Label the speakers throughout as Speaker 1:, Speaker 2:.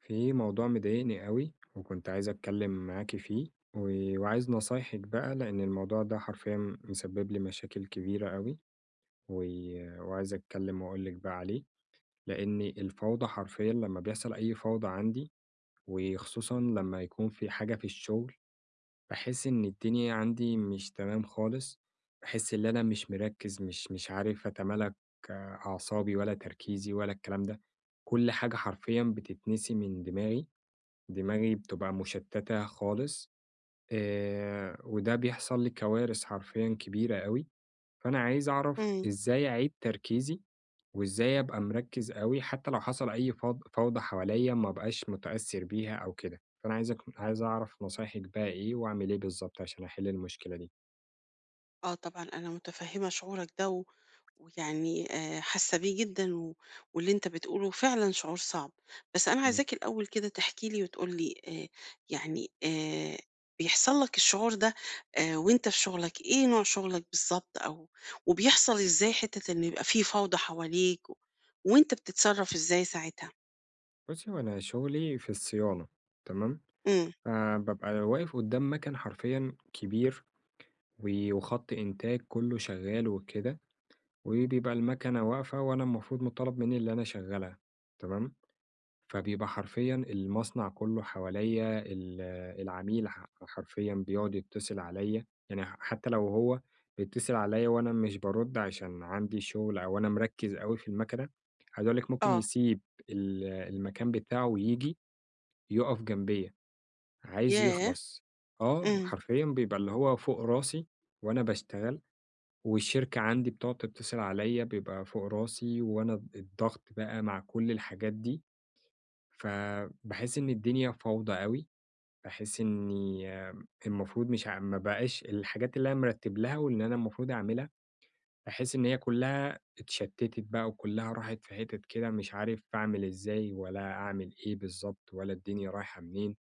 Speaker 1: في موضوع مضايقني قوي وكنت عايز اتكلم معاكِ فيه، و وعايز نصايحِك بقى لأن الموضوع ده حرفيًا مسبب لي مشاكل كبيرة أوي، و وعايز اتكلم واقول لِك بقى عليه، لأن الفوضى حرفيًا لما بيحصل أي فوضى عندي، وخصوصًا لما يكون في حاجة في الشغل، باحس إن الدنيا عندي مش تمام خالص، باحس إن أنا مش مركز، مش عارف أتمالك أعصابي ولا تركيزي ولا الكلام ده، كل حاجة حرفيًا بتتنسي من دماغي. دماغي بتبقى مشتتة خالص وده بيحصل لي كوارث حرفيًا كبيرة أوي، فأنا عايز أعرف
Speaker 2: إمم.
Speaker 1: إزاي أعيد تركيزي، وإزاي أبقى مركّز أوي حتى لو حصل أي فوضى حواليّا ما ابقاش متأثّر بيها أو كده، فأنا عايز أعرف نصايحِك بقى إيه وأعمل إيه بالضبط عشان أحل المشكلة دي؟
Speaker 2: آه طبعًا أنا متفهّمة شعورك ده ويعني حاسة بيه جدًا و واللي أنت بتقوله فعلًا شعور صعب. بس أنا
Speaker 1: إمم،
Speaker 2: عايزاك الأول كده تحكي لي وتقول لي يعني بيحصل لك الشعور ده وأنت في شغلك، إيه نوع شغلك بالضبط؟ أو وبيحصل إزاي حتّة إن يبقى في فوضى حواليك و وأنت بتتصرّف إزاي ساعتها؟
Speaker 1: بُصّي، هو أنا شغلي في الصيانة تمام،
Speaker 2: إمم.
Speaker 1: فبابقى واقف قدّام مَكَن حرفيًا كبير و وخط إنتاج كلّه شغّال وكده. وبيبقى المكنة واقفة وأنا المفروض مطالب منّي اللي أنا أشغّلها، تمام، فبيبقى حرفيًا المصنع كلّه حواليّا، العميل حرفيًا بيقعد يتصل عليّا، يعني حتى لو هو بيتصل عليّا وأنا مش بارُد عشان عندي شغل أو أنا مركّز أوي في المكنة، عايز أقول لِك ممكن
Speaker 2: آه.
Speaker 1: يسيب المكان بتاعه وييجي يُقف جنبيّا، عايز
Speaker 2: ياه!
Speaker 1: يخلص، آه،
Speaker 2: إمم،
Speaker 1: حرفيًا بيبقى اللي هو فوق راسي وأنا باشتغل والشركة عندي بتقعد تتصل عليّا بيبقى فوق راسي، وأنا الضغط بقى مع كل الحاجات دي، فباحس إن الدنيا فوضى أوي، باحس إني آه، المفروض مش ما بقاش الحاجات اللي أنا مرتّب لها واللي أنا المفروض أعملها، باحس إن هي كلّها اتشتّتت بقى وكلّها راحت في حتت كده مش عارف أعمل إزاي ولا أعمل إيه بالضبط ولا الدنيا رايحة منين،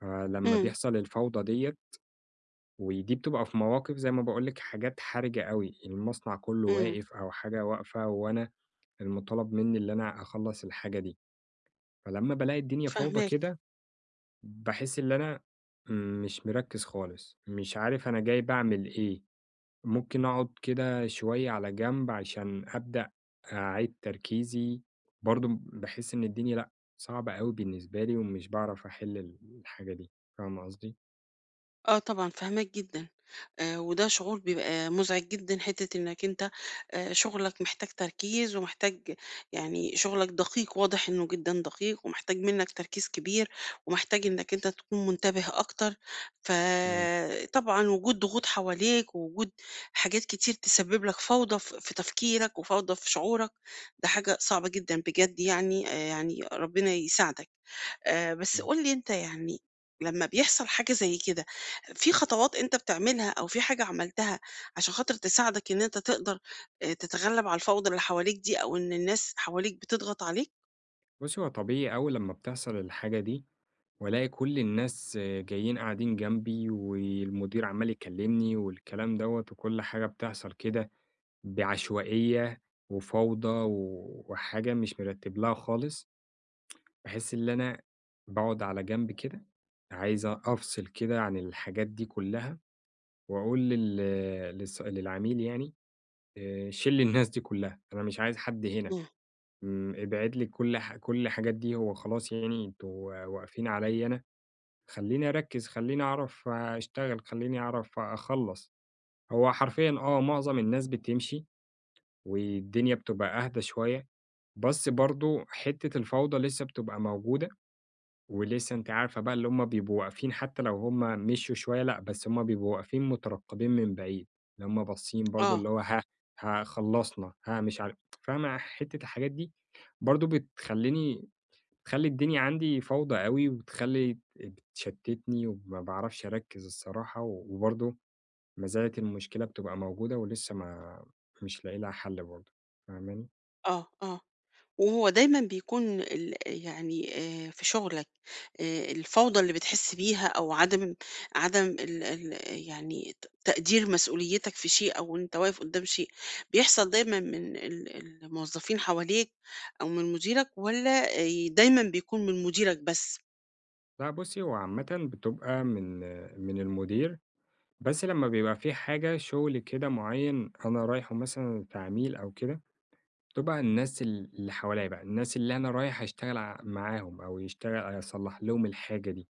Speaker 1: فلمّا
Speaker 2: إمم،
Speaker 1: بيحصل الفوضى ديّة ودي بتبقى في مواقف زي ما باقول لِك حاجات حرجة أوي، المصنع كله
Speaker 2: إمم.
Speaker 1: واقف أو حاجة واقفة وأنا المطالب منّي اللي أنا أخلّص الحاجة دي، فلمّا بالاقي الدنيا فوضى
Speaker 2: فاهماك.
Speaker 1: كده باحس اللي أنا مش مركّز خالص، مش عارف أنا جاي باعمل إيه، ممكن أقعد كده شوية على جنب عشان أبدأ أعيد تركيزي، برضه باحس إن الدنيا لأ، صعبة أوي بالنسبة لي ومش باعرف أحل الحاجة دي، فاهمة قصدي؟
Speaker 2: آه طبعًا فاهماك جدًا. وده شعور بيبقى مُزعج جدًا، حتّة إنّك أنت شغلك محتاج تركيز ومحتاج يعني شغلك دقيق، واضح إنه جدًا دقيق ومحتاج منّك تركيز كبير، ومحتاج إنّك أنت تكون منتبه أكتر.
Speaker 1: إمم،
Speaker 2: فطبعًا وجود ضغوط حواليك ووجود حاجات كتير تسبّب لك فوضى ف في تفكيرك وفوضى في شعورك، ده حاجة صعبة جدًا بجد، يعني يعني ربنا يساعدك. بس
Speaker 1: إمم.
Speaker 2: قُل لي أنت يعني لمّا بيحصل حاجة زي كده، في خطوات أنت بتعملها أو في حاجة عملتها عشان خاطر تساعدك إن أنت تقدر تتغلب على الفوضى اللي حواليك دي، أو إن الناس حواليك بتضغط عليك؟
Speaker 1: بُصّي هو طبيعي أوي لمّا بتحصل الحاجة دي والاقي كل الناس جايين قاعدين جنبي، والمدير عمّال يكلمني والكلام دوّة، وكل حاجة بتحصل كده بعشوائية وفوضى و وحاجة مش مرتّب لها خالص، باحس اللي أنا باقعد على جنب كده، عايز أفصل كده عن الحاجات دي كلّها، وأقول لل للص للعميل يعني شِل الناس دي كلّها، أنا مش عايز حد هنا،
Speaker 2: إمم.
Speaker 1: ابعد لي كل الحاجات دي، هو خلاص يعني أنتم واقفين عليَّ أنا. خلّيني أركّز، خلّيني أعرف أشتغل، خلّيني أعرف أخلّص. هو حرفيًا آه، معظم الناس بتمشي والدنيا بتبقى أهدى شوية، بس برضه حتّة الفوضى لسه بتبقى موجودة، ولسه أنتِ عارفة بقى اللي هُم بيبقوا واقفين حتّى لو هُم مشيوا شوية لأ، بس هُم بيبقوا واقفين مترقّبين من بعيد، اللي هُم باصين برضه
Speaker 2: آه،
Speaker 1: اللي هو ها ها خلّصنا، ها مش عارف فاهمة حتّة الحاجات دي برضه بتخلّيني تخلّي الدنيا عندي فوضى أوي، وتخلّي بتشتتني وما باعرفش أركّز الصراحة، و- وبرضه ما زالت المشكلة بتبقى موجودة ولسه ما مش لاقي لها حل برضه، فاهماني؟
Speaker 2: آه، آه. وهو دايمًا بيكون ال يعني في شغلك الفوضى اللي بتحس بيها، أو عدم ال يعني تقدير مسؤوليتك في شيء، أو أنت واقف قدّام شيء، بيحصل دايمًا من الموظفين حواليك أو من مديرك، والّا دايمًا بيكون من مديرك بس؟
Speaker 1: لأ بُصّي، هو عامةً بتبقى من المدير، بس لمّا بيبقى في حاجة شغل كده معيّن أنا رايحه مثلًا تعميل أو كده، بتبقى الناس اللي حواليّا بقى، الناس اللي أنا رايح أشتغل معاهم أو أصلّح لهم الحاجة دي،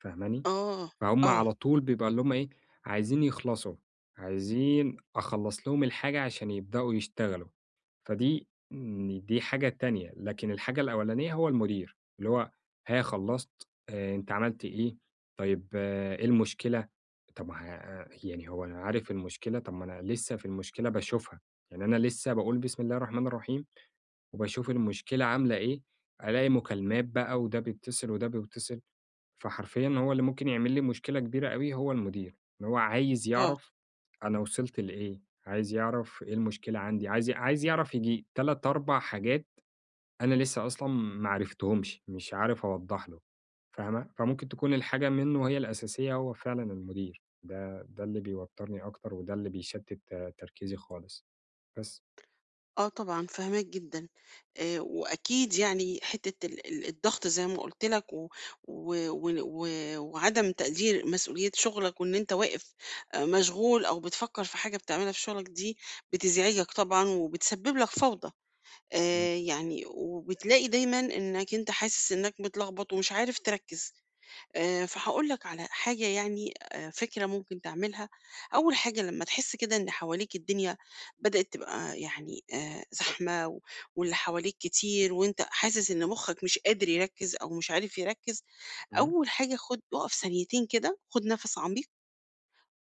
Speaker 1: فاهماني؟
Speaker 2: آه،
Speaker 1: فهُم
Speaker 2: آه،
Speaker 1: على طول بيبقى اللي هُم إيه، عايزين يخلصوا، عايزين أخلّص لهم الحاجة عشان يبدؤوا يشتغلوا، فدي ن دي حاجة تانية، لكن الحاجة الأولانية هو المدير، اللي هو ها خلّصت، أنت عملت إيه، طيب آه، إيه المشكلة؟ طب ما ه يعني هو أنا عارف المشكلة، طب ما أنا لسه في المشكلة باشوفها، يعني أنا لسه باقول بسم الله الرحمن الرحيم وباشوف المشكلة عاملة إيه، ألاقي مكالمات بقى وده بيتصل وده بيتصل. فحرفيًا هو اللي ممكن يعمل لي مشكلة كبيرة أوي هو المدير، إن هو عايز
Speaker 2: آه.
Speaker 1: يعرف أنا وصلت لإيه، عايز يعرف إيه المشكلة عندي، عايز يعرف ييجي 3، 4 حاجات أنا لسه أصلًا ما عرفتهمش، مش عارف أوضّح له، فاهمة؟ فممكن تكون الحاجة منه هي الأساسية هو فعلًا المدير، ده اللي بيوتّرني أكتر وده اللي بيشتِّت تركيزي خالص، بس.
Speaker 2: آه طبعًا فاهماك جدًا. وأكيد يعني حتّة ال الضغط زي ما قُلت لك و و وعدم تقدير مسؤولية شغلك، وإن أنت واقف مشغول أو بتفكّر في حاجة بتعملها في شغلك دي، بتزعجك طبعًا وبتسبب لك فوضى.
Speaker 1: إمم،
Speaker 2: يعني وبتلاقي دايمًا إنّك أنت حاسس إنّك متلخبط ومش عارف تركّز. فهاقول لك على حاجة، يعني فكرة ممكن تعملها. أول حاجة لمّا تحس كده إن حواليك الدنيا بدأت تبقى يعني زحمة، و واللي حواليك كتير، وأنت حاسس إن مخّك مش قادر يركّز أو مش عارف يركّز،
Speaker 1: إمم،
Speaker 2: أول حاجة اقف ثانيتين كده، خُد نَفَس عميق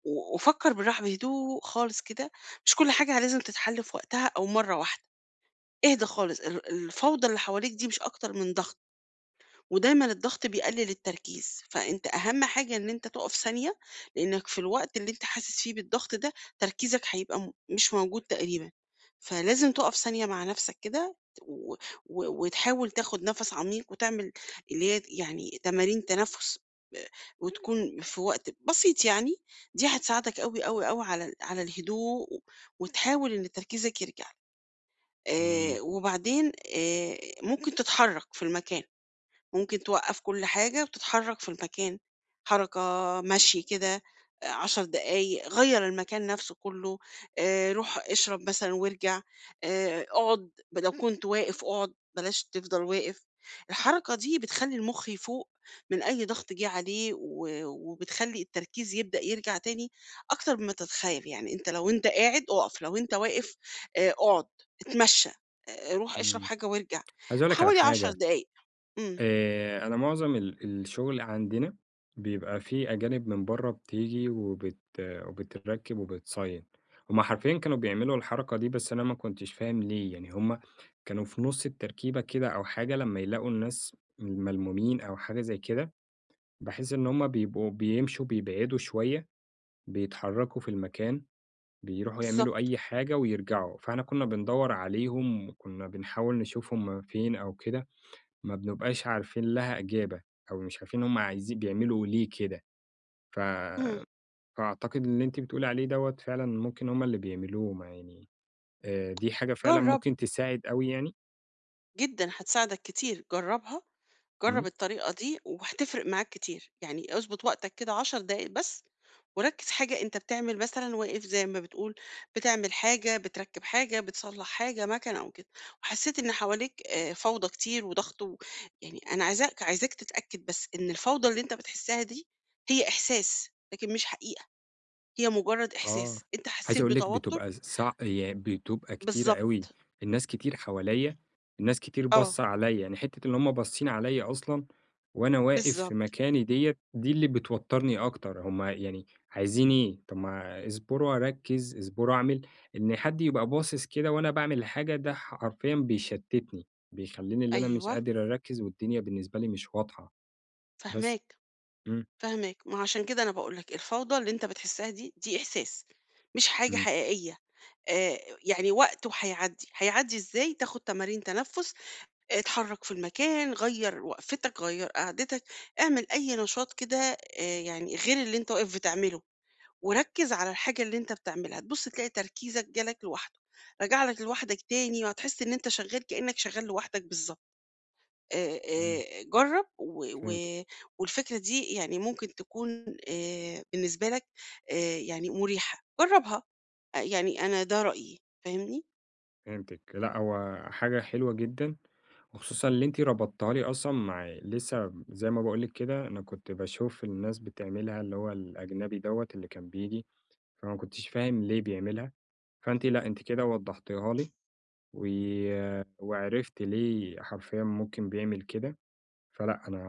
Speaker 2: و وفكّر بالراحة بهدوء خالص كده. مش كل حاجة لازم تتحل في وقتها أو مرّة واحدة، اهدى خالص. الفوضى اللي حواليك دي مش أكتر من ضغط، ودايمًا الضغط بيقلل التركيز. فأنت أهم حاجة إن أنت تُقف ثانية، لإنك في الوقت اللي أنت حاسس فيه بالضغط ده تركيزك هيبقى مش موجود تقريبًا. فلازم تُقف ثانية مع نفسك كده و و وتحاول تاخد نَفَس عميق، وتعمل اللي هي يعني تمارين تنفُّس ب وتكون في وقت بسيط يعني. دي هتساعدك أوي، أوي، أوي على على الهدوء، وتحاول إن تركيزك يرجع.
Speaker 1: إمم،
Speaker 2: وبعدين ممكن تتحرّك في المكان. ممكن توقّف كل حاجة وتتحرّك في المكان، حركة، مشي كده، 10 دقايق، غيّر المكان نَفْسه كُلّه، روح اشرب مثلًا وارجع. اقعد ب لو كنت واقف اقعد، بلاش تفضل واقف. الحركة دي بتخلّي المُخ يفوق من أي ضغط جِه عليه، وبتخلّي التركيز يبدأ يرجع تاني أكتر مما تتخيّل. يعني لو أنت قاعد اُقف، لو أنت واقف اقعد، اتمشّى، روح اشرب
Speaker 1: إمم.
Speaker 2: حاجة وارجع،
Speaker 1: عايز أقول لك على
Speaker 2: حوالي 10
Speaker 1: حاجة
Speaker 2: دقايق. إمم.
Speaker 1: أنا معظم الشغل عندنا بيبقى في أجانب من برّه بتيجي وبتركِّب وبتصين، هُم حرفيًا كانوا بيعملوا الحركة دي بس أنا ما كنتش فاهم ليه، يعني هُم كانوا في نُص التركيبة كده أو حاجة لمّا يلاقوا الناس ملمومين أو حاجة زي كده، باحس إن هُم بيبقوا بيمشوا بيبعدوا شوية، بيتحركوا في المكان، بيروحوا يعملوا
Speaker 2: بالضبط،
Speaker 1: أي حاجة ويرجعوا، فإحنا كنا بندوّر عليهم وكنا بنحاول نشوف هُم فين أو كده. ما بنبقاش عارفين لها إجابة، أو مش عارفين هُم عايزين بيعملوا ليه كده، ف
Speaker 2: إمم.
Speaker 1: فأعتقد اللي أنتِ بتقولي عليه دوّة فعلًا ممكن هُم اللي بيعملوه، ما يعني دي حاجة فعلًا
Speaker 2: جرّب،
Speaker 1: ممكن تساعد أوي يعني؟
Speaker 2: جدًا هتساعدك كتير، جرّبها،
Speaker 1: إمم.
Speaker 2: جرّب الطريقة دي وهتفرق معاك كتير. يعني اضبط وقتك كده 10 دقايق بس، وركّز حاجة أنت بتعمل، مثلًا واقف زي ما بتقول، بتعمل حاجة، بتركّب حاجة، بتصلّح حاجة، مَكَنة أو كده، وحسّيت إن حواليك فوضى كتير وضغط و يعني أنا عايزاك تتأكد بس إن الفوضى اللي أنت بتحسّها دي هي إحساس، لكن مش حقيقة. هي مجرّد
Speaker 1: آه،
Speaker 2: إحساس، أنت
Speaker 1: عايز
Speaker 2: حسّيت
Speaker 1: أقول لِك
Speaker 2: بتوتر
Speaker 1: بتبقى صع ي بتبقى كتيرة أوي،
Speaker 2: بالضبط،
Speaker 1: الناس كتير حواليّا، الناس كتير
Speaker 2: آه،
Speaker 1: باصة عليّا، يعني حتّة إن هُم باصين عليّا أصلًا وأنا واقف في
Speaker 2: بالضبط،
Speaker 1: مكاني ديّة، دي اللي بتوتّرني أكتر، هُم يعني عايزين إيه؟ طَب ما اصبروا أركّز، اصبروا أعمل، إن حد يبقى باصص كده وأنا باعمل حاجة ده حرفيًا بيشتتني، بيخلّيني اللي أنا مش
Speaker 2: أيوه.
Speaker 1: قادر أركّز والدنيا بالنسبة لي مش واضحة، بس.
Speaker 2: فاهماك،
Speaker 1: إمم،
Speaker 2: فاهماك. ما هو عشان كده أنا باقول لك الفوضى اللي أنت بتحسها دي، دي إحساس مش حاجة
Speaker 1: إمم،
Speaker 2: حقيقية. آآ يعني وقته هيعدّي. هيعدّي إزاي؟ تاخد تمارين تنفُّس، اتحرّك في المكان، غيّر وقفتك، غيّر قعدتك، اعمل أي نشاط كده يعني غير اللي أنت واقف بتعمله، وركّز على الحاجة اللي أنت بتعملها. تبُص تلاقي تركيزك جالك لوحده، رجع لك لوحدك تاني، وهتحس إن أنت شغّال كإنّك شغّال لوحدك بالضبط.
Speaker 1: إمم،
Speaker 2: جرّب و و
Speaker 1: فهمت.
Speaker 2: والفكرة دي يعني ممكن تكون بالنسبة لك يعني مُريحة، جرّبها. يعني أنا ده رأيي، فاهمني؟
Speaker 1: فهمتِك. لأ، هو حاجة حلوة جدًا، وخصوصًا اللي أنتِ ربطتيها لي أصلًا مع لسه زي ما باقول لِك كده، أنا كنت باشوف الناس بتعملها اللي هو الأجنبي دوّة اللي كان بييجي، فما كنتش فاهم ليه بيعملها، فأنتِ لأ، أنتِ كده وضحتيها لي و وعرفت ليه حرفيًا ممكن بيعمل كده، فلأ، أنا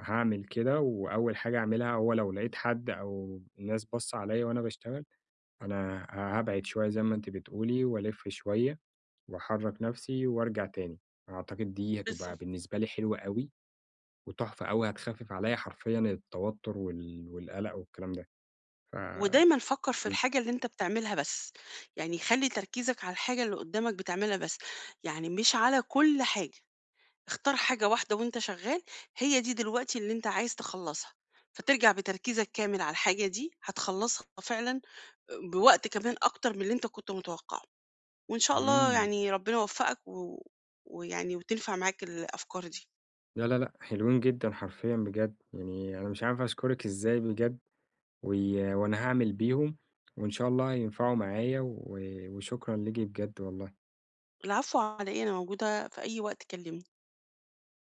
Speaker 1: هاعمل كده، وأول حاجة أعملها هو لو لقيت حد أو الناس باصة عليَّ وأنا باشتغل، أنا هابعد شوية زي ما أنتِ بتقولي، وألِف شوية. وأحرّك نَفْسي وأرجع تاني، أعتقد دي هتبقى
Speaker 2: بالضبط.
Speaker 1: بالنسبة لي حلوة أوي وتحفة أوي، هتخفِّف عليّا حرفيًا التوتُّر والقَلَق والكلام ده. ف
Speaker 2: ودايمًا فكّر في
Speaker 1: إمم،
Speaker 2: الحاجة اللي أنت بتعملها بس، يعني خلّي تركيزك على الحاجة اللي قدّامك بتعملها بس، يعني مش على كل حاجة، اختار حاجة واحدة وأنت شغّال، هي دي دلوقتي اللي أنت عايز تخلّصها، فترجع بتركيزك كامل على الحاجة دي، هتخلّصها فعلًا بوقت كمان أكتر من اللي أنت كنت متوقعه. وإن شاء الله
Speaker 1: إمم،
Speaker 2: يعني ربنا يوفقك و... ويعني وتنفع معاك الأفكار دي.
Speaker 1: لا، لا، لأ، حلوين جدًا حرفيًا بجد، يعني أنا مش عارف أشكرِك إزاي بجد و وأنا هاعمل بيهم وإن شاء الله هينفعوا معايا و وشكرًا ليكِ بجد والله.
Speaker 2: العفو على إيه، أنا موجودة في أي وقت كلمني.